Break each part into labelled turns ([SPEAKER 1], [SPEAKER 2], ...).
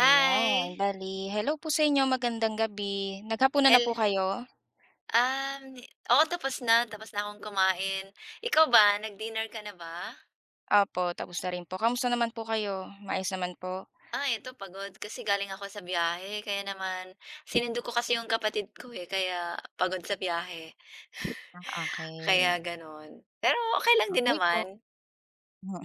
[SPEAKER 1] Ayan, bali. Hello po sa inyo, magandang gabi. Naghapunan na po
[SPEAKER 2] el,
[SPEAKER 1] kayo?
[SPEAKER 2] um, Oo tapos na akong kumain. Ikaw ba, nag-dinner ka na ba?
[SPEAKER 1] Opo, tapos na rin po. Kamusta naman po kayo? Maayos naman po?
[SPEAKER 2] Ah, eto pagod kasi galing ako sa biyahe kaya naman sinundo ko kasi yung kapatid ko, eh, kaya pagod sa biyahe.
[SPEAKER 1] Ah,
[SPEAKER 2] Kaya
[SPEAKER 1] okay.
[SPEAKER 2] gano'n. Pero okey lang din
[SPEAKER 1] Okey po.
[SPEAKER 2] naman.
[SPEAKER 1] Mm.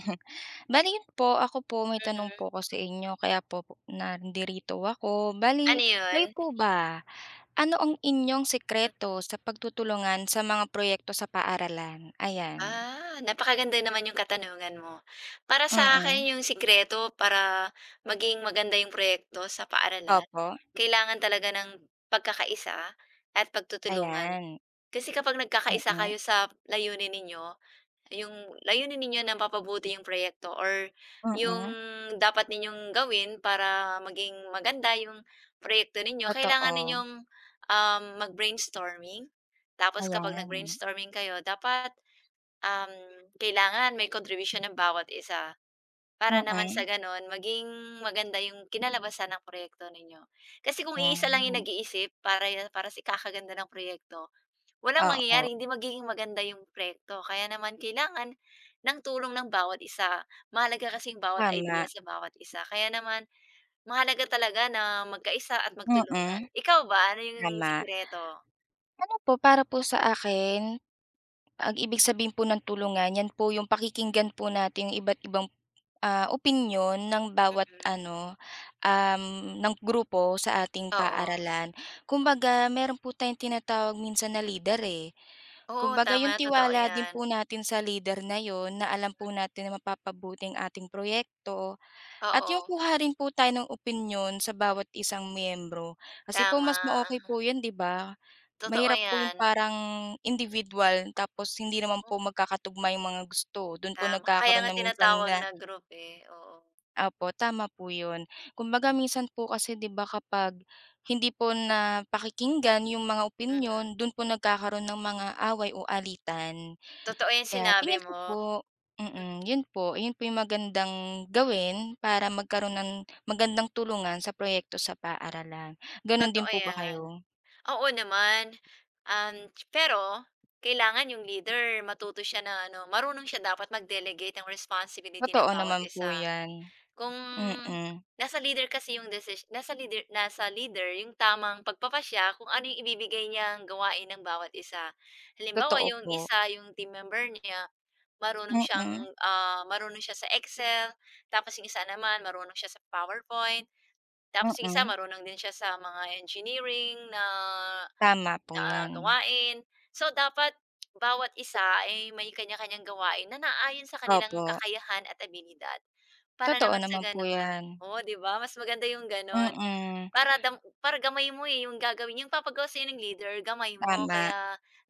[SPEAKER 1] Bale yun po, ako po may tanong
[SPEAKER 2] Mhm.
[SPEAKER 1] po ako sa inyo kaya nandirito ako. Bale,
[SPEAKER 2] Ano
[SPEAKER 1] kayo
[SPEAKER 2] 'yun?
[SPEAKER 1] po ba, ano ang inyong sekreto sa pagtutulungan sa mga proyekto sa paaralan? Ayan.
[SPEAKER 2] Ah, napakaganda naman yung katanungan mo. Para sa
[SPEAKER 1] Mm.
[SPEAKER 2] akin yung sikreto para maging maganda yung proyekto sa paaralan,
[SPEAKER 1] Opo,
[SPEAKER 2] kailangan talaga ng pagkakaisa at pagtutulungan.
[SPEAKER 1] ayan.
[SPEAKER 2] Kasi kapag nagkakaisa
[SPEAKER 1] Mm,
[SPEAKER 2] kayo sa layunin ninyo, yung layunin ninyo na mapapabuti yung proyekto or yung
[SPEAKER 1] mm.
[SPEAKER 2] dapat ninyong gawin para maging maganda yung proyekto ninyo, kailangan
[SPEAKER 1] Totoo,
[SPEAKER 2] ninyong mag-brainstorming. Tapos kapag
[SPEAKER 1] ayan.
[SPEAKER 2] nag-brainstorming kayo, dapat Um, kailangan may contribution ng bawat isa, para naman sa
[SPEAKER 1] Mm.
[SPEAKER 2] gano'n maging maganda yung kinalabasan ng proyekto ninyo. Kasi kung iisa lang yung
[SPEAKER 1] Ah,
[SPEAKER 2] nag-iisip para ya para sa ikakaganda ng proyekto, walang
[SPEAKER 1] oo,
[SPEAKER 2] mangyayari, hindi magiging maganda yung proyekto. Kaya naman kailangan ng tulong ng bawat isa. Mahalaga kasi yung bawat idea
[SPEAKER 1] tama.
[SPEAKER 2] sa bawat isa. Kaya naman mahalaga talaga na magkaisa at magtulungan.
[SPEAKER 1] Mm,
[SPEAKER 2] Ikaw ba, ano yung
[SPEAKER 1] tama.
[SPEAKER 2] sikreto?
[SPEAKER 1] Ano po, para po sa akin, ang ibig sabihin po ng tulungan, 'yan po yung pakikinggan po natin yung iba't ibang, ah, opinyon ng bawat
[SPEAKER 2] Mhm.
[SPEAKER 1] ano, um, ng grupo sa ating
[SPEAKER 2] Oo.
[SPEAKER 1] paaralan. Kumbaga meron po tayong tinatawag minsan na leader, eh.
[SPEAKER 2] Oo,
[SPEAKER 1] Kumbaga
[SPEAKER 2] tama,
[SPEAKER 1] yung
[SPEAKER 2] totoo
[SPEAKER 1] tiwala din
[SPEAKER 2] 'yan.
[SPEAKER 1] po natin sa leader na yon na alam
[SPEAKER 2] Hmm,
[SPEAKER 1] po natin na mapapabuti ating proyekto. At
[SPEAKER 2] oo.
[SPEAKER 1] yung kuha rin po tayo ng opinyon sa bawat isang miyembro, kasi po
[SPEAKER 2] Tama,
[SPEAKER 1] mas ma-okey po yun, 'di ba?
[SPEAKER 2] totoo
[SPEAKER 1] Mahirap po yung
[SPEAKER 2] yan.
[SPEAKER 1] parang individual tapos hindi naman
[SPEAKER 2] Hmm,
[SPEAKER 1] po magkakatugma yung mga gusto, dun po
[SPEAKER 2] tama kaya
[SPEAKER 1] nagkakaroon na
[SPEAKER 2] nga
[SPEAKER 1] minsan
[SPEAKER 2] tinatawag
[SPEAKER 1] na
[SPEAKER 2] na group, eh, oo.
[SPEAKER 1] opo, tama po yun. Kumbaga minsan po kasi 'di ba kapag hindi po napakikinggan yung mga
[SPEAKER 2] Mm,
[SPEAKER 1] opinyon, dun po nagkakaroon ng mga away o alitan.
[SPEAKER 2] totoo yung
[SPEAKER 1] Kaya
[SPEAKER 2] sinabi
[SPEAKER 1] tingin ko
[SPEAKER 2] mo,
[SPEAKER 1] po
[SPEAKER 2] hmm,
[SPEAKER 1] mm, yun po yung magandang gawin para magkaroon ng magandang tulungan sa proyekto sa paaralan. Gano'n din
[SPEAKER 2] totoo
[SPEAKER 1] po ba
[SPEAKER 2] yan.
[SPEAKER 1] kayo?
[SPEAKER 2] Oo naman, pero kailangan yung leader matuto siya na ano, marunong siya dapat mag-delegate ng responsibility
[SPEAKER 1] Totoo
[SPEAKER 2] ng bawat
[SPEAKER 1] naman po
[SPEAKER 2] isa.
[SPEAKER 1] 'yan.
[SPEAKER 2] Kung
[SPEAKER 1] Mm,
[SPEAKER 2] nasa leader kasi yung desis nasa leader yung tamang pagpapasya kung ano yung ibibigay niyang gawain ng bawat isa. Halimbawa,
[SPEAKER 1] totoo
[SPEAKER 2] yung
[SPEAKER 1] po.
[SPEAKER 2] isa, yung team member niya, marunong
[SPEAKER 1] Mm,
[SPEAKER 2] siyang, marunong siya sa Excel, tapos yung isa naman marunong siya sa PowerPoint, tapos yung isa
[SPEAKER 1] mm,
[SPEAKER 2] marunong din siya sa mga engineering na
[SPEAKER 1] tama po
[SPEAKER 2] na
[SPEAKER 1] 'yan.
[SPEAKER 2] gawain. So, dapat bawat isa ay may kanya-kanyang gawain na naayon sa kanilang
[SPEAKER 1] Opo,
[SPEAKER 2] kakayahan at abilidad. Para
[SPEAKER 1] totoo
[SPEAKER 2] naman sa
[SPEAKER 1] naman po
[SPEAKER 2] gano'n
[SPEAKER 1] 'yan.
[SPEAKER 2] oo, 'di ba, mas maganda yung gano'n.
[SPEAKER 1] Mm,
[SPEAKER 2] Para dam para gamay mo, eh, yung gagawin yung papagawa sa'yo ng leader gamay mo
[SPEAKER 1] tama,
[SPEAKER 2] kaya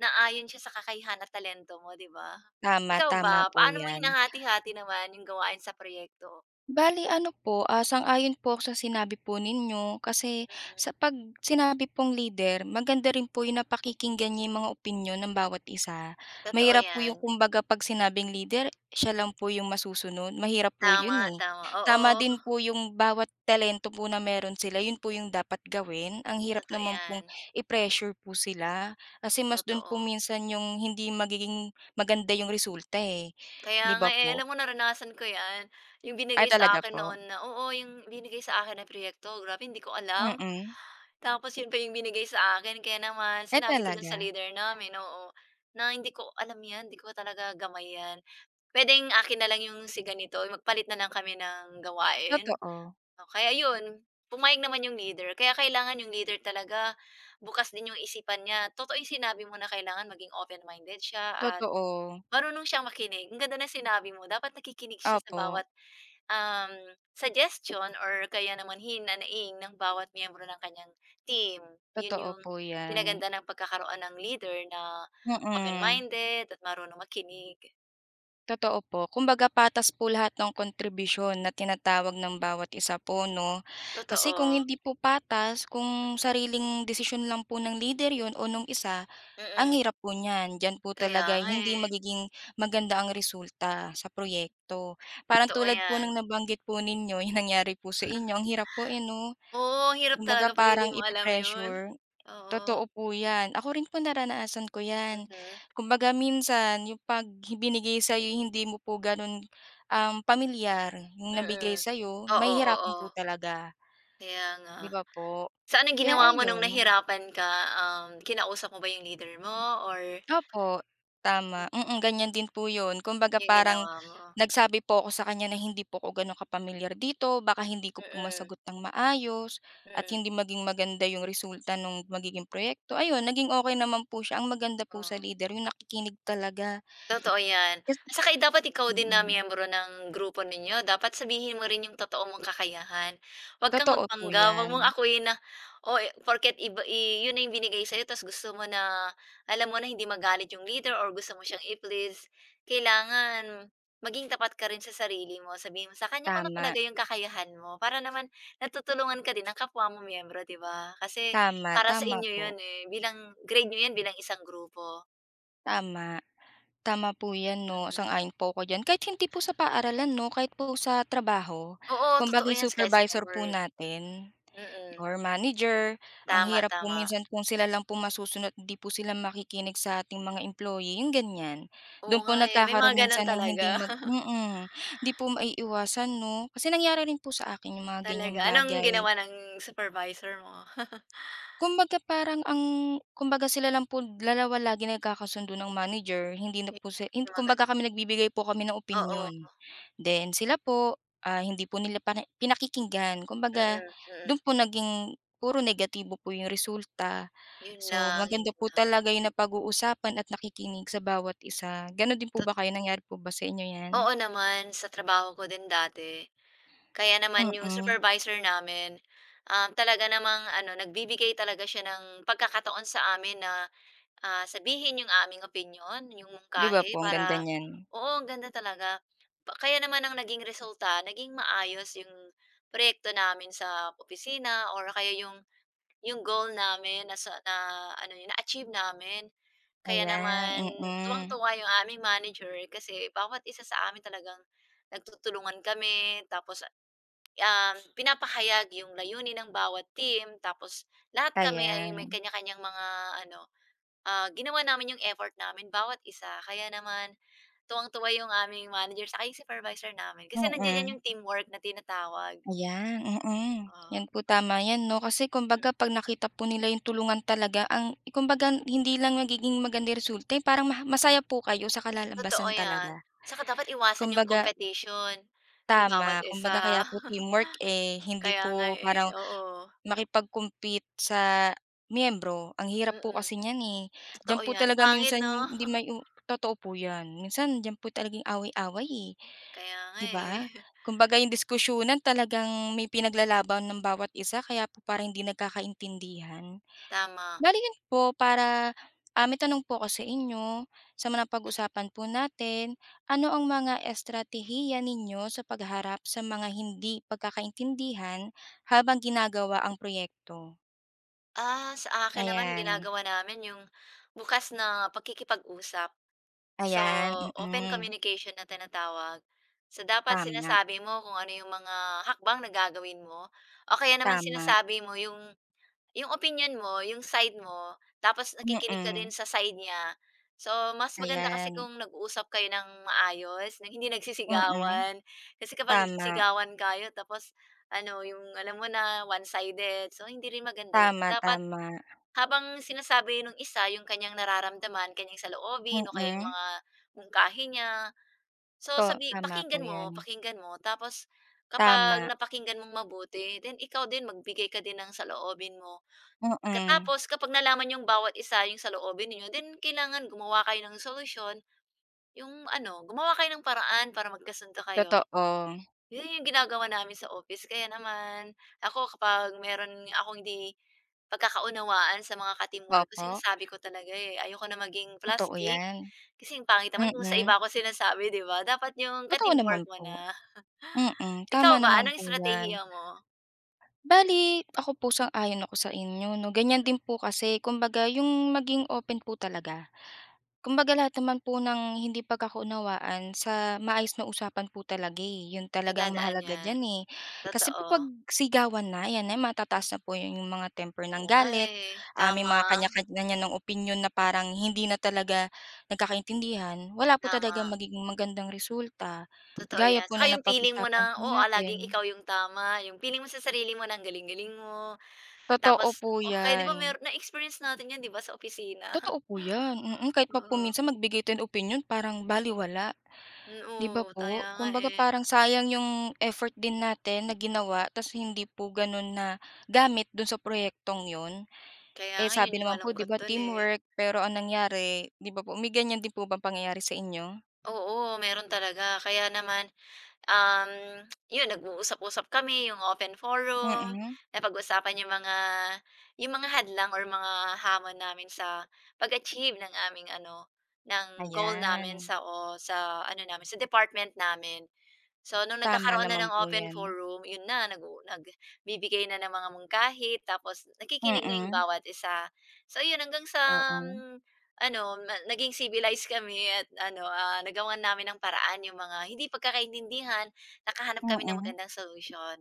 [SPEAKER 2] naayon siya sa kakayahan at talento mo, 'di ba?
[SPEAKER 1] tama,
[SPEAKER 2] Ikaw
[SPEAKER 1] tama
[SPEAKER 2] ba,
[SPEAKER 1] po
[SPEAKER 2] paano mo
[SPEAKER 1] 'yan.
[SPEAKER 2] hinahati-hati naman yung gawain sa proyekto?
[SPEAKER 1] Bali ano po, ah, sang-ayon po ako sa sinabi po ninyo kasi
[SPEAKER 2] Mm,
[SPEAKER 1] sa 'pag sinabi pong leader, maganda rin po yung napakikinggan niya yung mga opinyon ng bawat isa.
[SPEAKER 2] totoo
[SPEAKER 1] Mahirap po yung
[SPEAKER 2] 'yan.
[SPEAKER 1] kumbaga 'pag sinabing leader, siya lang po yung masusunod, mahirap po yun,
[SPEAKER 2] Tama,
[SPEAKER 1] eh.
[SPEAKER 2] tama. Oo,
[SPEAKER 1] Tama din po yung bawat talento po na meron sila, yun po yung dapat gawin. Ang hirap
[SPEAKER 2] totoo
[SPEAKER 1] naman pong
[SPEAKER 2] 'yan,
[SPEAKER 1] i-pressure po sila kasi mas dun po
[SPEAKER 2] totoo.
[SPEAKER 1] minsan yung hindi magiging maganda yung resulta, eh,
[SPEAKER 2] Kaya
[SPEAKER 1] 'di
[SPEAKER 2] nga,
[SPEAKER 1] ba
[SPEAKER 2] eh,
[SPEAKER 1] po?
[SPEAKER 2] alam mo naranasan ko 'yan, yung
[SPEAKER 1] Ay
[SPEAKER 2] binigay sa
[SPEAKER 1] talaga
[SPEAKER 2] akin
[SPEAKER 1] po?
[SPEAKER 2] noon na oo, yung binigay sa akin na proyekto, grabe hindi ko alam.
[SPEAKER 1] Mm.
[SPEAKER 2] Tapos yun pa yung binigay sa akin kaya naman
[SPEAKER 1] Ay
[SPEAKER 2] sinabi ko dun
[SPEAKER 1] talaga?
[SPEAKER 2] sa leader namin, oo, na hindi ko alam 'yan, hindi ko talaga gamay 'yan. Puwedeng akin na lang yung si ganito, magpalit na lang kami ng gawain.
[SPEAKER 1] Totoo,
[SPEAKER 2] Oh, kaya yun, pumayag naman yung leader. Kaya kailangan yung leader talaga bukas din yung isipan niya. Totoo yung sinabi mo na kailangan maging open-minded siya at
[SPEAKER 1] totoo.
[SPEAKER 2] marunong siyang makinig. Ang ganda ng sinabi mo, dapat nakikinig siya sa
[SPEAKER 1] Opo,
[SPEAKER 2] bawat um, suggestion or kaya naman hinanaing ng bawat miyembro ng kanyang team. Yun
[SPEAKER 1] totoo
[SPEAKER 2] yung
[SPEAKER 1] po 'yan.
[SPEAKER 2] kinaganda ng pagkakaroon ng leader na
[SPEAKER 1] Mm,
[SPEAKER 2] open-minded at marunong makinig.
[SPEAKER 1] totoo po. Kumbaga patas po lahat ng kontribusyon na tinatawag ng bawat isa po 'no. Kasi kung
[SPEAKER 2] Totoo.
[SPEAKER 1] hindi po patas, kung
[SPEAKER 2] Mm-mm.
[SPEAKER 1] sariling desisyon lang po ng lider 'yun o nung isa, ang
[SPEAKER 2] Mm-mm.
[SPEAKER 1] hirap po niyan. Diyan po
[SPEAKER 2] Kaya
[SPEAKER 1] talaga
[SPEAKER 2] nga
[SPEAKER 1] hindi
[SPEAKER 2] eh.
[SPEAKER 1] magiging maganda ang resulta sa proyekto. Parang
[SPEAKER 2] Totoo
[SPEAKER 1] tulad po
[SPEAKER 2] yan.
[SPEAKER 1] ng nabanggit po ninyo, yung nangyari po sa inyo, ang hirap po, eh, 'no?
[SPEAKER 2] Oo, ang hirap
[SPEAKER 1] Kumbaga
[SPEAKER 2] talaga 'pag hindi
[SPEAKER 1] parang
[SPEAKER 2] mo alam yun.
[SPEAKER 1] ipe-pressure.
[SPEAKER 2] Oo,
[SPEAKER 1] Totoo po 'yan. Ako rin po naranasan ko 'yan.
[SPEAKER 2] mhm,
[SPEAKER 1] Kumbaga minsan yung 'pag binigay sa'yo yung hindi mo po gano'n, pamilyar yung nabigay
[SPEAKER 2] mm.
[SPEAKER 1] sa'yo,
[SPEAKER 2] Oo,
[SPEAKER 1] mahihirapan po
[SPEAKER 2] oo,
[SPEAKER 1] talaga,
[SPEAKER 2] kaya nga.
[SPEAKER 1] 'di ba po?
[SPEAKER 2] So, anong
[SPEAKER 1] Kaya
[SPEAKER 2] ginawa mo nung
[SPEAKER 1] ayun.
[SPEAKER 2] nahirapan ka, kinausap mo ba yung leader mo or
[SPEAKER 1] Opo, tama. Mm, ganyan din po 'yun. Kumbaga
[SPEAKER 2] yung
[SPEAKER 1] parang
[SPEAKER 2] ginawa mo?
[SPEAKER 1] nagsabi po ako sa kanya na hindi po ako gano'n kapamilyar dito, baka hindi ko po
[SPEAKER 2] Mm,
[SPEAKER 1] masagot ng maayos at
[SPEAKER 2] mm,
[SPEAKER 1] hindi maging maganda 'yung resulta ng magiging proyekto. Ayun, naging okay naman po siya. Ang maganda po sa
[SPEAKER 2] oh.
[SPEAKER 1] leader 'yung nakikinig talaga.
[SPEAKER 2] Totoo 'yan.
[SPEAKER 1] Kas
[SPEAKER 2] At saka, eh, dapat ikaw din na
[SPEAKER 1] mm,
[SPEAKER 2] miyembro ng grupo ninyo, dapat sabihin mo rin yung totoo mong kakayahan. Huwag kang
[SPEAKER 1] totoo po
[SPEAKER 2] magpanggap, huwag
[SPEAKER 1] 'yan.
[SPEAKER 2] mong akuin na, oh, eh, porket iba i yun na yung binigay sa'yo ta's gusto mo na alam mo na hindi magalit yung leader or gusto mo siyang i-please. Kailangan maging tapat ka rin sa sarili mo. Sabihin mo sa kanya kung ano
[SPEAKER 1] Tama,
[SPEAKER 2] talaga yung kakayahan mo para naman natutulungan ka din ng kapwa mo miyembro, 'di ba? Kasi
[SPEAKER 1] tama,
[SPEAKER 2] para sa
[SPEAKER 1] tama
[SPEAKER 2] inyo
[SPEAKER 1] po,
[SPEAKER 2] yun, eh, bilang grade nyo 'yan bilang isang grupo.
[SPEAKER 1] tama. Tama po 'yan 'no,
[SPEAKER 2] Mm.
[SPEAKER 1] sang-ayon po ako diyan. Kahit hindi po sa paaralan 'no, kahit po sa trabaho.
[SPEAKER 2] Oo,
[SPEAKER 1] Kumbaga
[SPEAKER 2] totoo
[SPEAKER 1] yung
[SPEAKER 2] 'yan kahit sa
[SPEAKER 1] supervisor po
[SPEAKER 2] work,
[SPEAKER 1] natin
[SPEAKER 2] mm.
[SPEAKER 1] or manager, ang
[SPEAKER 2] Tama,
[SPEAKER 1] hirap po
[SPEAKER 2] tama.
[SPEAKER 1] minsan kung sila lang po masusunod, hindi po sila makikinig sa ating mga employee, yung ganyan.
[SPEAKER 2] Oo
[SPEAKER 1] Do'n po
[SPEAKER 2] nga, eh, may mga
[SPEAKER 1] nagkakaroon minsan
[SPEAKER 2] gano'n
[SPEAKER 1] ng
[SPEAKER 2] talaga,
[SPEAKER 1] hindi hindi po maiiwasan 'no. Kasi nangyari rin po sa akin yung mga ganyang
[SPEAKER 2] talaga. Anong
[SPEAKER 1] bagay.
[SPEAKER 2] ginawa ng supervisor mo?
[SPEAKER 1] Kumbaga parang ang kumbaga sila lang po dalawa lagi nagkakasundo ng manager, hindi na
[SPEAKER 2] Yun,
[SPEAKER 1] po si hin
[SPEAKER 2] yung mga
[SPEAKER 1] kumbaga kami
[SPEAKER 2] gano'n,
[SPEAKER 1] nagbibigay po kami ng opinyon.
[SPEAKER 2] oo,
[SPEAKER 1] Then sila po, ah, hindi po nila pinakikinggan kumbaga
[SPEAKER 2] mm,
[SPEAKER 1] dun
[SPEAKER 2] mm.
[SPEAKER 1] po naging puro negatibo po yung resulta.
[SPEAKER 2] 'Yun
[SPEAKER 1] So,
[SPEAKER 2] lang,
[SPEAKER 1] maganda
[SPEAKER 2] 'yun
[SPEAKER 1] po
[SPEAKER 2] lang.
[SPEAKER 1] talaga yung napag-uusapan at nakikinig sa bawat isa. Gano'n din po
[SPEAKER 2] Tot
[SPEAKER 1] ba kayo, nangyari po ba sa inyo 'yan?
[SPEAKER 2] oo naman, sa trabaho ko din dati, kaya naman yung
[SPEAKER 1] Mm,
[SPEAKER 2] supervisor namin, talaga namang ano, nagbibigay talaga siya ng pagkakataon sa amin na sabihin yung aming opinyon, yung
[SPEAKER 1] 'di ba po
[SPEAKER 2] mungkahi
[SPEAKER 1] ang ganda
[SPEAKER 2] para
[SPEAKER 1] niyan?
[SPEAKER 2] oo, ang ganda talaga. Pa kaya naman ang naging resulta, naging maayos yung proyekto namin sa opisina or kaya yung goal namin na sa na ano yun, na-achieve namin. Kaya
[SPEAKER 1] Ayan,
[SPEAKER 2] naman
[SPEAKER 1] mm.
[SPEAKER 2] tuwang-tuwa yung aming manager kasi bawat isa sa amin talagang nagtutulungan kami tapos, pinapahayag yung layunin ng bawat team tapos lahat kami ay may
[SPEAKER 1] Ayan,
[SPEAKER 2] kanya-kanyang mga ano ginawa namin yung effort namin bawat isa kaya naman tuwang-tuwa yung aming manager saka yung supervisor namin kasi nandiyan 'yan
[SPEAKER 1] mm.
[SPEAKER 2] yung teamwork na tinatawag,
[SPEAKER 1] Ayan, mm.
[SPEAKER 2] oo.
[SPEAKER 1] 'Yan po, tama 'yan 'no, kasi kumbaga 'pag nakita po nila yung tulungan talaga ang kumbaga hindi lang magiging maganda yung resulta, eh, parang masaya po kayo sa
[SPEAKER 2] Totoo
[SPEAKER 1] kalalabasan
[SPEAKER 2] 'yan,
[SPEAKER 1] talaga.
[SPEAKER 2] saka dapat iwasan yung
[SPEAKER 1] Kumbaga
[SPEAKER 2] competition ng bawat
[SPEAKER 1] tama, kumbaga kaya
[SPEAKER 2] isa.
[SPEAKER 1] po teamwork, eh, hindi
[SPEAKER 2] Kaya nga,
[SPEAKER 1] po
[SPEAKER 2] eh,
[SPEAKER 1] parang
[SPEAKER 2] oo,
[SPEAKER 1] makipag-compete sa miyembro, ang hirap po
[SPEAKER 2] mm,
[SPEAKER 1] kasi niyan, eh.
[SPEAKER 2] totoo
[SPEAKER 1] Diyan po
[SPEAKER 2] 'yan.
[SPEAKER 1] talaga
[SPEAKER 2] Pangit
[SPEAKER 1] minsan
[SPEAKER 2] 'no?
[SPEAKER 1] yung hindi may u totoo po 'yan. Minsan diyan po talaga yung away-away, eh,
[SPEAKER 2] Kaya nga,
[SPEAKER 1] 'di
[SPEAKER 2] eh,
[SPEAKER 1] ba? Kumbaga yung diskusyunan talagang may pinaglalaban ng bawat isa kaya po parang hindi nagkakaintindihan.
[SPEAKER 2] tama.
[SPEAKER 1] Bale yun po para, ah, may tanong po ako sa inyo, sa mga napag-usapan po natin, ano ang mga estratehiya ninyo sa pagharap sa mga hindi pagkakaintindihan habang ginagawa ang proyekto?
[SPEAKER 2] Ah, sa akin naman
[SPEAKER 1] Ayan,
[SPEAKER 2] ginagawa namin yung bukas na pagkikipag usap So,
[SPEAKER 1] ayan,
[SPEAKER 2] open
[SPEAKER 1] mm.
[SPEAKER 2] communication na tinatawag. So, dapat
[SPEAKER 1] Tama,
[SPEAKER 2] sinasabi mo kung ano yung mga hakbang na gagawin mo o kaya naman
[SPEAKER 1] tama,
[SPEAKER 2] sinasabi mo yung opinion mo, yung side mo, tapos nakikinig ka din
[SPEAKER 1] mm.
[SPEAKER 2] sa side niya. So, mas maganda kasi
[SPEAKER 1] Ayan,
[SPEAKER 2] kung nag-uusap kayo ng maayos, ng hindi
[SPEAKER 1] mm.
[SPEAKER 2] nagsisigawan. Kasi kapag
[SPEAKER 1] Tama,
[SPEAKER 2] nagsisigawan kayo tapos ano, yung alam mo na one-sided, so hindi rin maganda yun. So,
[SPEAKER 1] tama,
[SPEAKER 2] dapat
[SPEAKER 1] tama,
[SPEAKER 2] habang sinasabi nung isa yung kanyang nararamdaman, kanyang saloobin o kaya yung
[SPEAKER 1] mm.
[SPEAKER 2] mga mungkahi niya. So,
[SPEAKER 1] Po
[SPEAKER 2] sabi
[SPEAKER 1] tama po yan,
[SPEAKER 2] pakinggan mo tapos kapag
[SPEAKER 1] tama,
[SPEAKER 2] napakinggan mong mabuti, then ikaw din magbigay ka din ng saloobin mo.
[SPEAKER 1] mm.
[SPEAKER 2] Pagkatapos kapag nalaman yung bawat isa yung saloobin ninyo, then kailangan gumawa kayo ng solusyon, yung ano, gumawa kayo ng paraan para magkasundo kayo.
[SPEAKER 1] Totoo,
[SPEAKER 2] Yun yung ginagawa namin sa office kaya naman ako kapag meron akong hindi pagkakaunawaan sa mga ka-teamwork ko
[SPEAKER 1] opo,
[SPEAKER 2] sinasabi ko talaga, eh. Ayoko na maging
[SPEAKER 1] totoo
[SPEAKER 2] plastic
[SPEAKER 1] yan,
[SPEAKER 2] kasi ang pangit naman kung sa
[SPEAKER 1] mm.
[SPEAKER 2] iba ko sinasabi, 'di ba? Dapat yung
[SPEAKER 1] Totoo naman
[SPEAKER 2] ka-teamwork mo
[SPEAKER 1] po,
[SPEAKER 2] na.
[SPEAKER 1] mm, tama
[SPEAKER 2] Ikaw ba,
[SPEAKER 1] naman
[SPEAKER 2] anong
[SPEAKER 1] po 'yan.
[SPEAKER 2] estratehiya mo?
[SPEAKER 1] Bali, ako po sang-ayon ako sa inyo 'no, ganiyan din po kasi kumbaga yung maging open po talaga. Kumbaga lahat naman po ng hindi pagkakaunawaan sa
[SPEAKER 2] Mm,
[SPEAKER 1] maayos na usapan po talaga, eh, 'yun talaga ang
[SPEAKER 2] nadadaan
[SPEAKER 1] mahalaga
[SPEAKER 2] 'yan,
[SPEAKER 1] diyan, eh. Kasi po
[SPEAKER 2] totoo.
[SPEAKER 1] 'pag sigawan na, ayan na matataas na po 'yung mga temper ng
[SPEAKER 2] Oo nga,
[SPEAKER 1] galit,
[SPEAKER 2] eh,
[SPEAKER 1] ah, may
[SPEAKER 2] tama,
[SPEAKER 1] mga kanya-kanya ng opinyon na parang hindi na talaga nagkakaintindihan, wala po talagang
[SPEAKER 2] tama.
[SPEAKER 1] magiging magandang resulta.
[SPEAKER 2] Totoo
[SPEAKER 1] Gaya
[SPEAKER 2] 'yan.
[SPEAKER 1] po
[SPEAKER 2] Saka
[SPEAKER 1] na
[SPEAKER 2] yung feeling mo
[SPEAKER 1] napag-usapan
[SPEAKER 2] na,
[SPEAKER 1] po
[SPEAKER 2] oo, ah, laging
[SPEAKER 1] natin.
[SPEAKER 2] ikaw yung tama, yung feeling mo sa sarili mo na ang galing-galing mo.
[SPEAKER 1] Totoo
[SPEAKER 2] Tapos
[SPEAKER 1] po
[SPEAKER 2] o kaya 'di
[SPEAKER 1] 'yan.
[SPEAKER 2] ba mer na-experience natin 'yan 'di ba sa opisina?
[SPEAKER 1] Totoo po 'yan, mm. Mm, kahit pa po
[SPEAKER 2] Oo,
[SPEAKER 1] minsan magbigay tayo ng opinyon parang baliwala. 'Di ba
[SPEAKER 2] oo,
[SPEAKER 1] po?
[SPEAKER 2] kaya nga,
[SPEAKER 1] Kumbaga
[SPEAKER 2] eh.
[SPEAKER 1] parang sayang yung effort din natin na ginawa ta's hindi po gano'n na gamit do'n sa proyektong 'yun.
[SPEAKER 2] Kaya
[SPEAKER 1] Eh,
[SPEAKER 2] nga
[SPEAKER 1] sabi
[SPEAKER 2] 'yun yung
[SPEAKER 1] naman po 'di
[SPEAKER 2] malungkot
[SPEAKER 1] ba
[SPEAKER 2] do'n, eh.
[SPEAKER 1] teamwork, pero ang nangyari 'di ba po may ganyan din po bang pangyayari sa inyo?
[SPEAKER 2] Oo, meron talaga kaya naman, um, 'yun nag-uusap-usap kami, yung open forum,
[SPEAKER 1] Mm,
[SPEAKER 2] napag-usapan yung mga hadlang or mga hamon namin sa pag-achieve ng aming ano, ng goal
[SPEAKER 1] ayan.
[SPEAKER 2] namin sa o sa ano namin, sa department namin. So, nung
[SPEAKER 1] Tama
[SPEAKER 2] nagkakaroon na
[SPEAKER 1] naman
[SPEAKER 2] ng
[SPEAKER 1] po
[SPEAKER 2] open
[SPEAKER 1] 'yan.
[SPEAKER 2] forum, yun na, nagu nagbibigay na ng mga mungkahi, tapos nakikinig na yung
[SPEAKER 1] Mm,
[SPEAKER 2] bawat isa. So, yun hanggang sa,
[SPEAKER 1] oo.
[SPEAKER 2] hmm, ano, na naging civilized kami at ano, nagawan namin ng paraan yung mga hindi pagkakaintindihan, nakahanap kami ng
[SPEAKER 1] Mm.
[SPEAKER 2] magandang solution.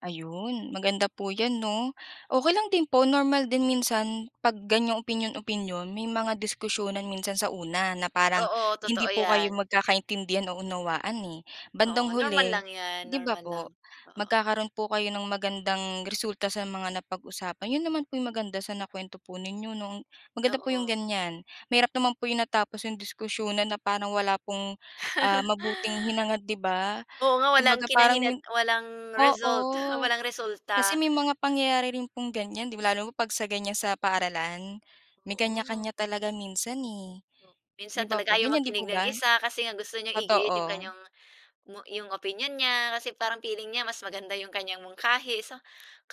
[SPEAKER 1] Ayun, maganda po 'yan 'no. Okay lang din po, normal din minsan 'pag ganyang opinyon-opinyon may mga diskusyonan minsan sa una na parang
[SPEAKER 2] Oo, totoo
[SPEAKER 1] hindi po kayo
[SPEAKER 2] yan.
[SPEAKER 1] magkakaintindihan o unawaan, eh.
[SPEAKER 2] Oo,
[SPEAKER 1] Bandang
[SPEAKER 2] normal
[SPEAKER 1] huli,
[SPEAKER 2] lang yan,
[SPEAKER 1] 'di ba
[SPEAKER 2] normal lang.
[SPEAKER 1] po,
[SPEAKER 2] Oo,
[SPEAKER 1] magkakaroon po kayo ng magandang resulta sa mga napag-usapan. 'Yun naman po yung maganda sa nakwento po ninyo 'no, maganda po yung
[SPEAKER 2] oo.
[SPEAKER 1] ganyan. Mahirap naman po yung natapos yung diskusyonan na parang wala pong, ah, mabuting hinangad, 'di ba?
[SPEAKER 2] Oo nga,
[SPEAKER 1] Kumbaga
[SPEAKER 2] walang
[SPEAKER 1] parang
[SPEAKER 2] kinahinat walang result,
[SPEAKER 1] oo.
[SPEAKER 2] walang
[SPEAKER 1] Kasi
[SPEAKER 2] resulta.
[SPEAKER 1] may mga pangyayari rin pong ganyan 'di ba, lalo pag sa ganyan sa paaralan, may kanya-kanya
[SPEAKER 2] Oo.
[SPEAKER 1] talaga minsan, eh,
[SPEAKER 2] Oh,
[SPEAKER 1] 'di
[SPEAKER 2] minsan
[SPEAKER 1] ba
[SPEAKER 2] talaga
[SPEAKER 1] po,
[SPEAKER 2] ayaw
[SPEAKER 1] ganyan din po
[SPEAKER 2] makinig ng
[SPEAKER 1] ba?
[SPEAKER 2] isa kasi nga gusto niyang igiit yung
[SPEAKER 1] Totoo,
[SPEAKER 2] kanyang mo yung opinion niya kasi parang feeling niya mas maganda yung kanyang mungkahi. So,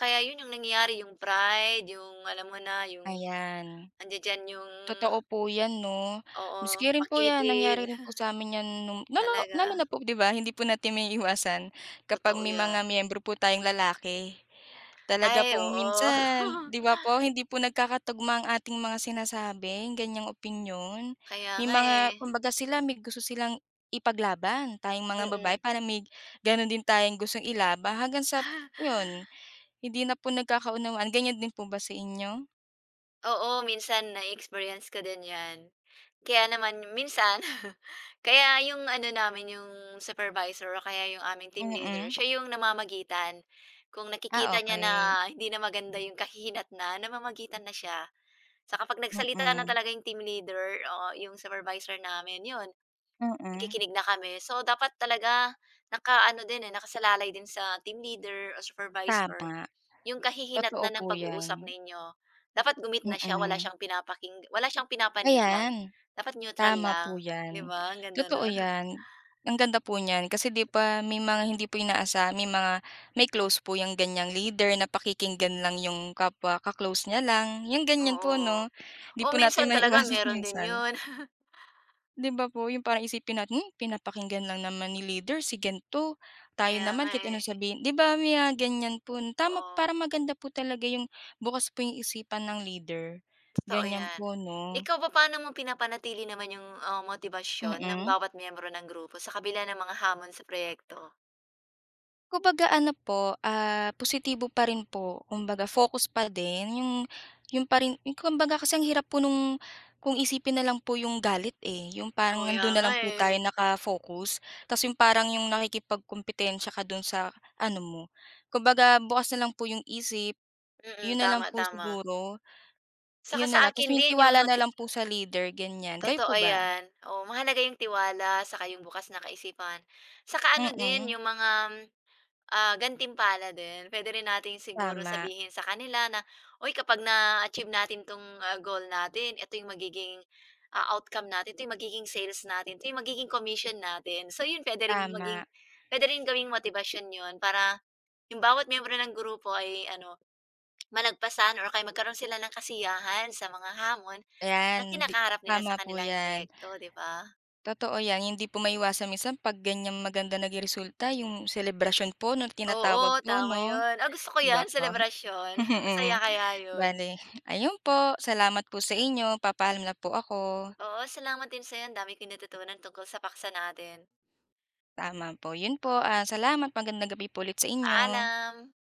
[SPEAKER 2] kaya yun yung nangyayari, yung pride, yung alam mo na, yung
[SPEAKER 1] ayan.
[SPEAKER 2] nandiya-diyan yung
[SPEAKER 1] Totoo po 'yan 'no.
[SPEAKER 2] oo,
[SPEAKER 1] Maski rin po 'yan
[SPEAKER 2] makitid
[SPEAKER 1] nangyari rin po sa'min 'yan nung lalo
[SPEAKER 2] talaga,
[SPEAKER 1] lalo na po 'di ba, hindi po natin may maiiwasan kapag
[SPEAKER 2] totoo
[SPEAKER 1] may
[SPEAKER 2] yan.
[SPEAKER 1] mga miyembro po tayong lalaki. Talaga
[SPEAKER 2] Ay,
[SPEAKER 1] pong
[SPEAKER 2] oo.
[SPEAKER 1] minsan 'di ba po, hindi po nagkakatugma ang ating mga sinasabi, ganiyang opinyon.
[SPEAKER 2] Kaya
[SPEAKER 1] May
[SPEAKER 2] nga, eh.
[SPEAKER 1] mga kumbaga sila may gusto silang ipaglaban, tayong mga babae
[SPEAKER 2] Mm.
[SPEAKER 1] para may gano'n din tayong gustong ilaba hanggang sa yun, hindi na po nagkakaunawaan. Ganiyan din po ba sa inyo?
[SPEAKER 2] Oo, minsan na-experience ko din 'yan. Kaya naman minsan kaya yung ano namin, yung supervisor o kaya yung aming team
[SPEAKER 1] Mm.
[SPEAKER 2] leader,
[SPEAKER 1] Mm,
[SPEAKER 2] siya yung namamagitan. Kung
[SPEAKER 1] ah,
[SPEAKER 2] nakikita niya na
[SPEAKER 1] okay.
[SPEAKER 2] hindi na maganda yung kahihinat na namamagitan na siya. Sa kapag nagsalita na
[SPEAKER 1] Mm,
[SPEAKER 2] talaga yung team leader o yung supervisor namin, yun,
[SPEAKER 1] mm.
[SPEAKER 2] nakikinig na kami. So dapat talaga naka ano din, eh, nakasalalay din sa team leader o supervisor
[SPEAKER 1] Tama,
[SPEAKER 2] yung
[SPEAKER 1] totoo
[SPEAKER 2] kahihinatnan
[SPEAKER 1] po
[SPEAKER 2] ng
[SPEAKER 1] 'yan,
[SPEAKER 2] pag-uusap ninyo, dapat gumit na siya wala
[SPEAKER 1] mm.
[SPEAKER 2] siyang pinapaking wala siyang pinapanigan,
[SPEAKER 1] Ayan,
[SPEAKER 2] dapat neutral
[SPEAKER 1] tama
[SPEAKER 2] lang,
[SPEAKER 1] po
[SPEAKER 2] 'di
[SPEAKER 1] 'yan,
[SPEAKER 2] ba? Ang ganda
[SPEAKER 1] totoo
[SPEAKER 2] nun.
[SPEAKER 1] 'yan. Ang ganda po niyan kasi 'di ba may mga hindi po inaasa may mga may close po yang ganiyang leader na pakikinggan lang yung kapwa ka-close niya lang, yung ganyan po
[SPEAKER 2] Oo.
[SPEAKER 1] 'no? 'Di
[SPEAKER 2] Oo,
[SPEAKER 1] po natin
[SPEAKER 2] minsan talaga
[SPEAKER 1] maiiwasan
[SPEAKER 2] meron din
[SPEAKER 1] minsan.
[SPEAKER 2] yun.
[SPEAKER 1] 'Di ba po, yung parang isipin natin, hmm, pinapakinggan lang naman ni leader si gan'to, tayo
[SPEAKER 2] Kaya
[SPEAKER 1] naman
[SPEAKER 2] nga,
[SPEAKER 1] kahit anong
[SPEAKER 2] eh.
[SPEAKER 1] sabihin 'di ba may mga ganyan po tama
[SPEAKER 2] Oo,
[SPEAKER 1] para maganda po talaga yung bukas po yung isipan ng leader,
[SPEAKER 2] totoo
[SPEAKER 1] ganyan
[SPEAKER 2] yan.
[SPEAKER 1] po 'no?
[SPEAKER 2] Ikaw ba, paano mo pinapanatili naman yung, motibasyon ng
[SPEAKER 1] Mm.
[SPEAKER 2] bawat miyembro ng grupo sa kabila ng mga hamon sa proyekto?
[SPEAKER 1] Kumbaga ano po, ah, positibo pa rin po. Kumbaga focus pa din yung pa rin yung kumbaga kasi ang hirap po nung kung isipin na lang po yung galit, eh, yung
[SPEAKER 2] Oo,
[SPEAKER 1] parang
[SPEAKER 2] kaya
[SPEAKER 1] nandun na
[SPEAKER 2] nga,
[SPEAKER 1] lang po tayo
[SPEAKER 2] eh.
[SPEAKER 1] naka-focus ta's yung parang yung nakikipagkumpitensya ka dun sa ano mo. Kumbaga bukas na lang po yung isip,
[SPEAKER 2] Mm,
[SPEAKER 1] yun na lang
[SPEAKER 2] tama,
[SPEAKER 1] po
[SPEAKER 2] tama.
[SPEAKER 1] siguro.
[SPEAKER 2] Saka
[SPEAKER 1] Yun na
[SPEAKER 2] sa
[SPEAKER 1] lang ta's
[SPEAKER 2] akin
[SPEAKER 1] yung
[SPEAKER 2] din yung
[SPEAKER 1] tiwala
[SPEAKER 2] mot
[SPEAKER 1] na lang po sa leader, ganyan. Kayo
[SPEAKER 2] Totoo
[SPEAKER 1] po ba?
[SPEAKER 2] yan, o Mahalaga yung tiwala saka yung bukas na kaisipan. Saka ano din
[SPEAKER 1] Mm,
[SPEAKER 2] yung mga, gantimpala din. Puwede rin natin siguro
[SPEAKER 1] tama,
[SPEAKER 2] sabihin sa kanila na, "Uy, kapag na-achieve natin 'tong, goal natin, ito yung magiging, outcome natin, ito yung magiging sales natin, ito yung magiging commission natin." So yun, puwede ring
[SPEAKER 1] tama.
[SPEAKER 2] maging puwede rin gawing motibasyon yun para yung bawat miyembro ng grupo ay ano, malagpasan or kaya magkaroon sila ng kasiyahan sa mga hamon
[SPEAKER 1] Yan,
[SPEAKER 2] na
[SPEAKER 1] di
[SPEAKER 2] kinakaharap nila
[SPEAKER 1] tama
[SPEAKER 2] sa
[SPEAKER 1] po
[SPEAKER 2] kanilang
[SPEAKER 1] yan.
[SPEAKER 2] proyekto, 'di ba?
[SPEAKER 1] Totoo yan, hindi po maiwasan minsan 'pag ganyang maganda naging resulta yung selebrasyon po na tinatawag
[SPEAKER 2] Oo,
[SPEAKER 1] po
[SPEAKER 2] tama
[SPEAKER 1] 'no,
[SPEAKER 2] 'yun. Ah, gusto ko
[SPEAKER 1] 'di ba
[SPEAKER 2] 'yan,
[SPEAKER 1] po?
[SPEAKER 2] selebrasyon. Masaya
[SPEAKER 1] Mm,
[SPEAKER 2] kaya 'yun.
[SPEAKER 1] bale ayun po, salamat po sa inyo, papaalam na po ako.
[SPEAKER 2] Oo, salamat din sa'yo, ang dami kong natutunan tungkol sa paksa natin.
[SPEAKER 1] Tama po, yun po,
[SPEAKER 2] Oo,
[SPEAKER 1] ah, salamat magandang gabi po ulit sa inyo.
[SPEAKER 2] paalam.